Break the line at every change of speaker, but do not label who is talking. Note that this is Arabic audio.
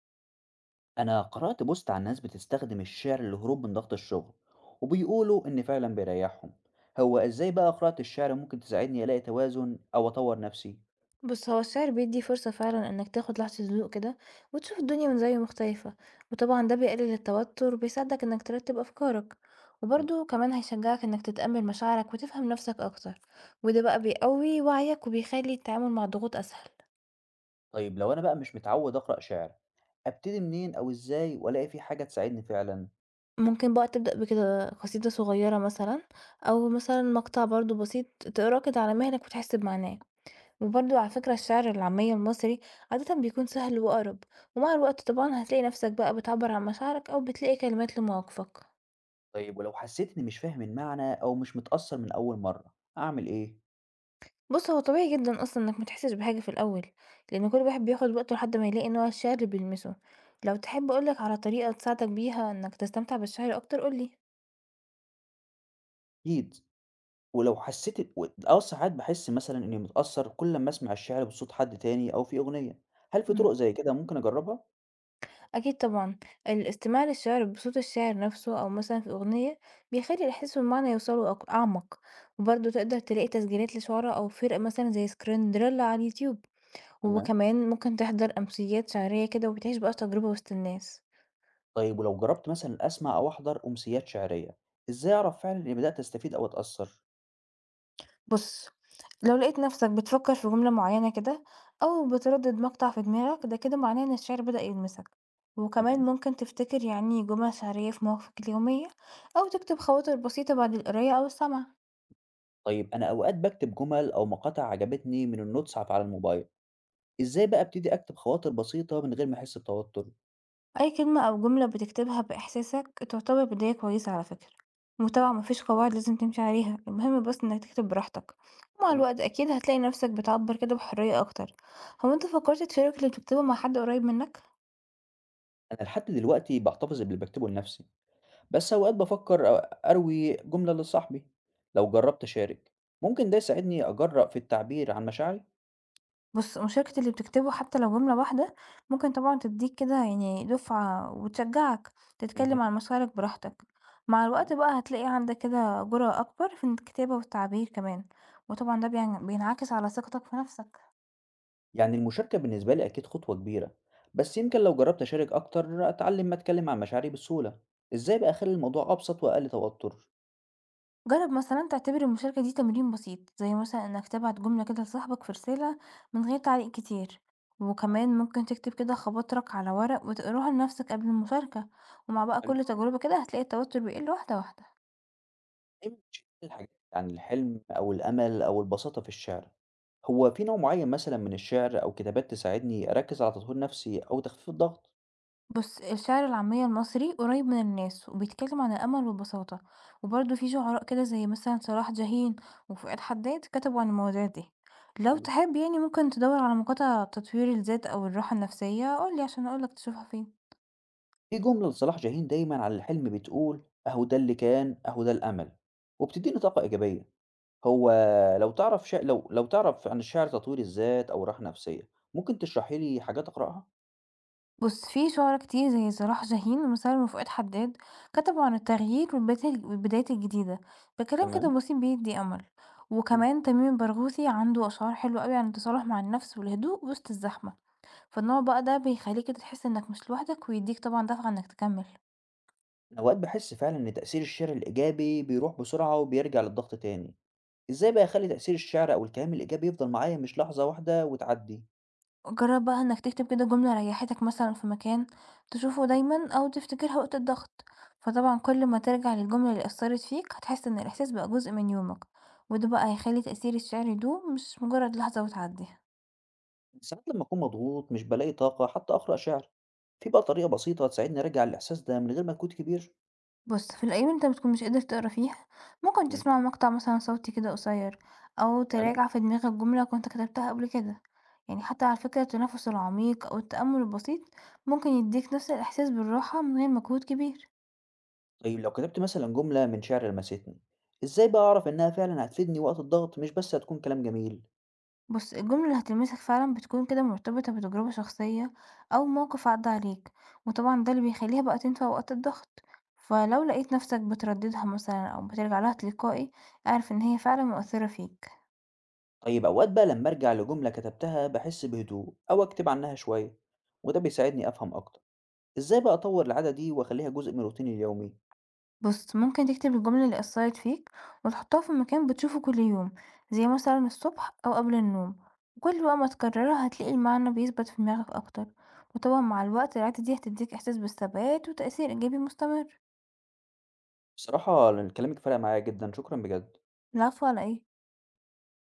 أنا قرأت بوست عن ناس بتستخدم الشعر للهروب من ضغط الشغل وبيقولوا إن فعلا بيريحهم. هو إزاي بقى قراءة الشعر ممكن تساعدني ألاقي توازن أو أطور نفسي؟
بُص، هو الشعر بيدّي فرصة فعلًا إنك تاخد لحظة هدوء كده، وتشوف الدنيا من زاوية مختلفة، وطبعًا ده بيقلل التوتر، وبيساعدك إنك ترتب أفكارك،
تمام.
وبرضه كمان هيشجعك إنك تتأمل مشاعرك وتفهم نفسك أكتر، وده بقى بيقوي وعيك وبيخلي التعامل مع الضغوط أسهل.
طيب لو أنا بقى مش متعود أقرأ شعر، أبتدي منين أو إزاي وألاقي في حاجة تساعدني فعلا؟
ممكن بقى تبدأ بكده قصيدة صغيرة مثلًا، أو مثلًا مقطع برضه بسيط تقراه كده على مهلك وتحس بمعناه. وبرضه على فكرة الشعر العامية المصري عادة بيكون سهل وأقرب، ومع الوقت طبعا هتلاقي نفسك بقى بتعبر عن مشاعرك أو بتلاقي كلمات لمواقفك.
طيب ولو حسيت إني مش فاهم المعنى أو مش متأثر من أول مرة أعمل إيه؟
بص، هو طبيعي جدا أصلا إنك متحسش بحاجة في الأول، لأن كل واحد بياخد وقته لحد ما يلاقي نوع الشعر اللي بيلمسه. لو تحب أقولك على طريقة تساعدك بيها إنك تستمتع بالشعر أكتر قولي.
أكيد. ولو حسيت و- أه ساعات بحس مثلا إني متأثر كل لما أسمع الشعر بصوت حد تاني أو في أغنية، هل في طرق
مم.
زي كده ممكن أجربها؟
أكيد طبعا، الاستماع للشعر بصوت الشاعر نفسه أو مثلا في أغنية بيخلي الإحساس والمعنى يوصلوا أعمق، وبرضه تقدر تلاقي تسجيلات لشعراء أو فرق مثلا زي سكريندريلا على اليوتيوب،
تمام.
وكمان ممكن تحضر أمسيّات شعرية كده وبتعيش بقى التجربة وسط الناس.
طيب ولو جربت مثلًا أسمع أو أحضر أمسيات شعرية، إزاي أعرف فعلًا إني بدأت أستفيد أو أتأثر؟
بُص، لو لقيت نَفْسك بتفكّر في جملة معيّنة كده أو بتردِّد مقطع في دماغك، ده كده معناه إن الشعر بدأ يلمسك. وكمان
تمام.
ممكن تفتكر يعني جُمل شعرية في مواقفك اليومية أو تكتب خواطر بسيطة بعد القراية أو السمع.
طيب أنا أوقات باكتب جمل أو مقاطع عجبتني من النوتس على الموبايل، إزاي بقى أبتدي أكتب خواطر بسيطة من غير ما أحس بتوتر؟
أي كلمة أو جملة بتكتبها بإحساسك تعتبر بداية كويسة على فكرة، وطبعا
تمام،
مفيش قواعد لازم تمشي عليها، المهم بس إنك تكتب براحتك، ومع
حلو.
الوقت أكيد هتلاقي نفسك بتعبر كده بحرية أكتر. هو أنت فكرت تشارك اللي بتكتبه مع حد قريب منك؟
أنا لحد دلوقتي باحتفظ باللي باكتبه لنفسي، بس أوقات بافكر أروي جملة لصاحبي، لو جربت أشارك ممكن ده يساعدني أجرأ في التعبير عن مشاعري؟
بص، مشاركة اللي بتكتبه حتى لو جملة واحدة ممكن طبعا تديك كده يعني دفعة وتشجعك
اهم.
تتكلم عن مشاعرك براحتك. مع الوقت بقى هتلاقي عندك كده جرأة أكبر في الكتابة والتعبير كمان، وطبعا ده بينعكس على ثقتك في نفسك.
يعني المشاركة بالنسبة لي أكيد خطوة كبيرة، بس يمكن لو جربت أشارك أكتر أتعلم ما أتكلم عن مشاعري بسهولة. إزاي بقى أخلي الموضوع أبسط وأقل توتر؟
جرب مثلا تعتبر المشاركة دي تمرين بسيط، زي مثلا انك تبعت جملة كده لصاحبك في رسالة من غير تعليق كتير، وكمان ممكن تكتب كده خواطرك على ورق وتقراها لنفسك قبل المشاركة، ومع بقى
يعني
كل تجربة كده هتلاقي التوتر بيقل واحدة واحدة.
دايما بشوف الحاجات عن الحلم أو الأمل أو البساطة في الشعر، هو في نوع معين مثلا من الشعر أو كتابات تساعدني أركز على تطوير نفسي أو تخفيف الضغط؟
بص، الشعر العامية المصري قريب من الناس وبيتكلم عن الأمل والبساطة، وبرضه في شعراء كده زي مثلا صلاح جاهين وفؤاد حداد كتبوا عن المواضيع دي. لو
حلو.
تحب يعني ممكن تدور على مقاطع تطوير الذات أو الراحة النفسية قولي عشان أقولك تشوفها فين.
في جملة لصلاح جاهين دايما على الحلم بتقول: أهو ده اللي كان أهو ده الأمل، وبتديني طاقة إيجابية. هو لو تعرف عن الشعر تطوير الذات أو راحة نفسية، ممكن تشرحي لي حاجات أقرأها؟
بُص، في شُعراء كتير زي صلاح جاهين ومسالم وفؤاد حداد كتبوا عن التغيير والبدات والبدايات الجديدة بكلام كده
تمام،
بسيط بيدّي أمل،
حلو.
وكمان تميم البرغوثي عنده أشعار حلوة أوي عن التصالح مع النفس والهدوء وسط الزحمة، فالنوع بقى ده بيخلّيك كده تحس إنك مش لوحدك ويدّيك طبعًا دفعة إنك تكمّل.
أنا أوقات باحس فعلًا إن تأثير الشعر الإيجابي بيروح بسرعة وبيرجع للضغط تاني، إزاي بقى أخلّي تأثير الشعر أو الكلام الإيجابي يفضل معايا مش لحظة واحدة وتعدي؟
جرب بقى انك تكتب كده جملة ريحتك مثلا في مكان تشوفه دايما او تفتكرها وقت الضغط، فطبعا كل ما ترجع للجملة اللي اثرت فيك هتحس ان الاحساس بقى جزء من يومك، وده بقى هيخلي تأثير الشعر يدوم مش مجرد لحظة وتعدي.
ساعات لمّا أكون مضغوط مش بالاقي طاقة حتى أقرأ شعر، في بقى طريقة بسيطة تساعدني أرجّع الإحساس ده من غير مجهود كبير؟
بص، في الايام اللي انت بتكون مش قادر تقرا فيها ممكن
اهم،
تسمع مقطع مثلا صوتي كده قصير، او
حلو.
تراجع في دماغك جملة كنت كتبتها قبل كده. يعني حتى على فكرة التنفس العميق او التأمل البسيط ممكن يديك نفس الاحساس بالراحة من غير مجهود كبير.
طيب لو كتبت مثلًا جملة من شعر لمستني، إزاي بقى أعرف إنها فعلًا هتفيدني وقت الضغط مش بس هتكون كلام جميل؟
بُص، الجملة اللي هتلمسك فعلًا بتكون كده مرتبطة بتجربة شخصية أو موقف عدّى عليك، وطبعًا ده اللي بيخلّيها بقى تنفع وقت الضغط، فلو لقيت نفسك بترددها مثلًا أو بترجع لها تلقائي، اعرف إن هي فعلًا مؤثرة فيك.
طيب أوقات بقى لما أرجع لجملة كتبتها بحس بهدوء أو أكتب عنها شوية وده بيساعدني أفهم أكتر، إزاي بقى أطور العادة دي وأخليها جزء من روتيني اليومي؟
بُص، ممكن تكتب الجملة اللي أثّرت فيك وتحطها في مكان بتشوفه كل يوم، زي مثلًا الصبح أو قبل النوم، وكل بقى ما تكررها هتلاقي المعنى بيثبت في دماغك أكتر، وطبعًا مع الوقت العادة دي هتدّيك إحساس بالثبات وتأثير إيجابي مستمر.
بصراحة كلامك فرق معايا جدا، شكرا بجد.
العفو على إيه؟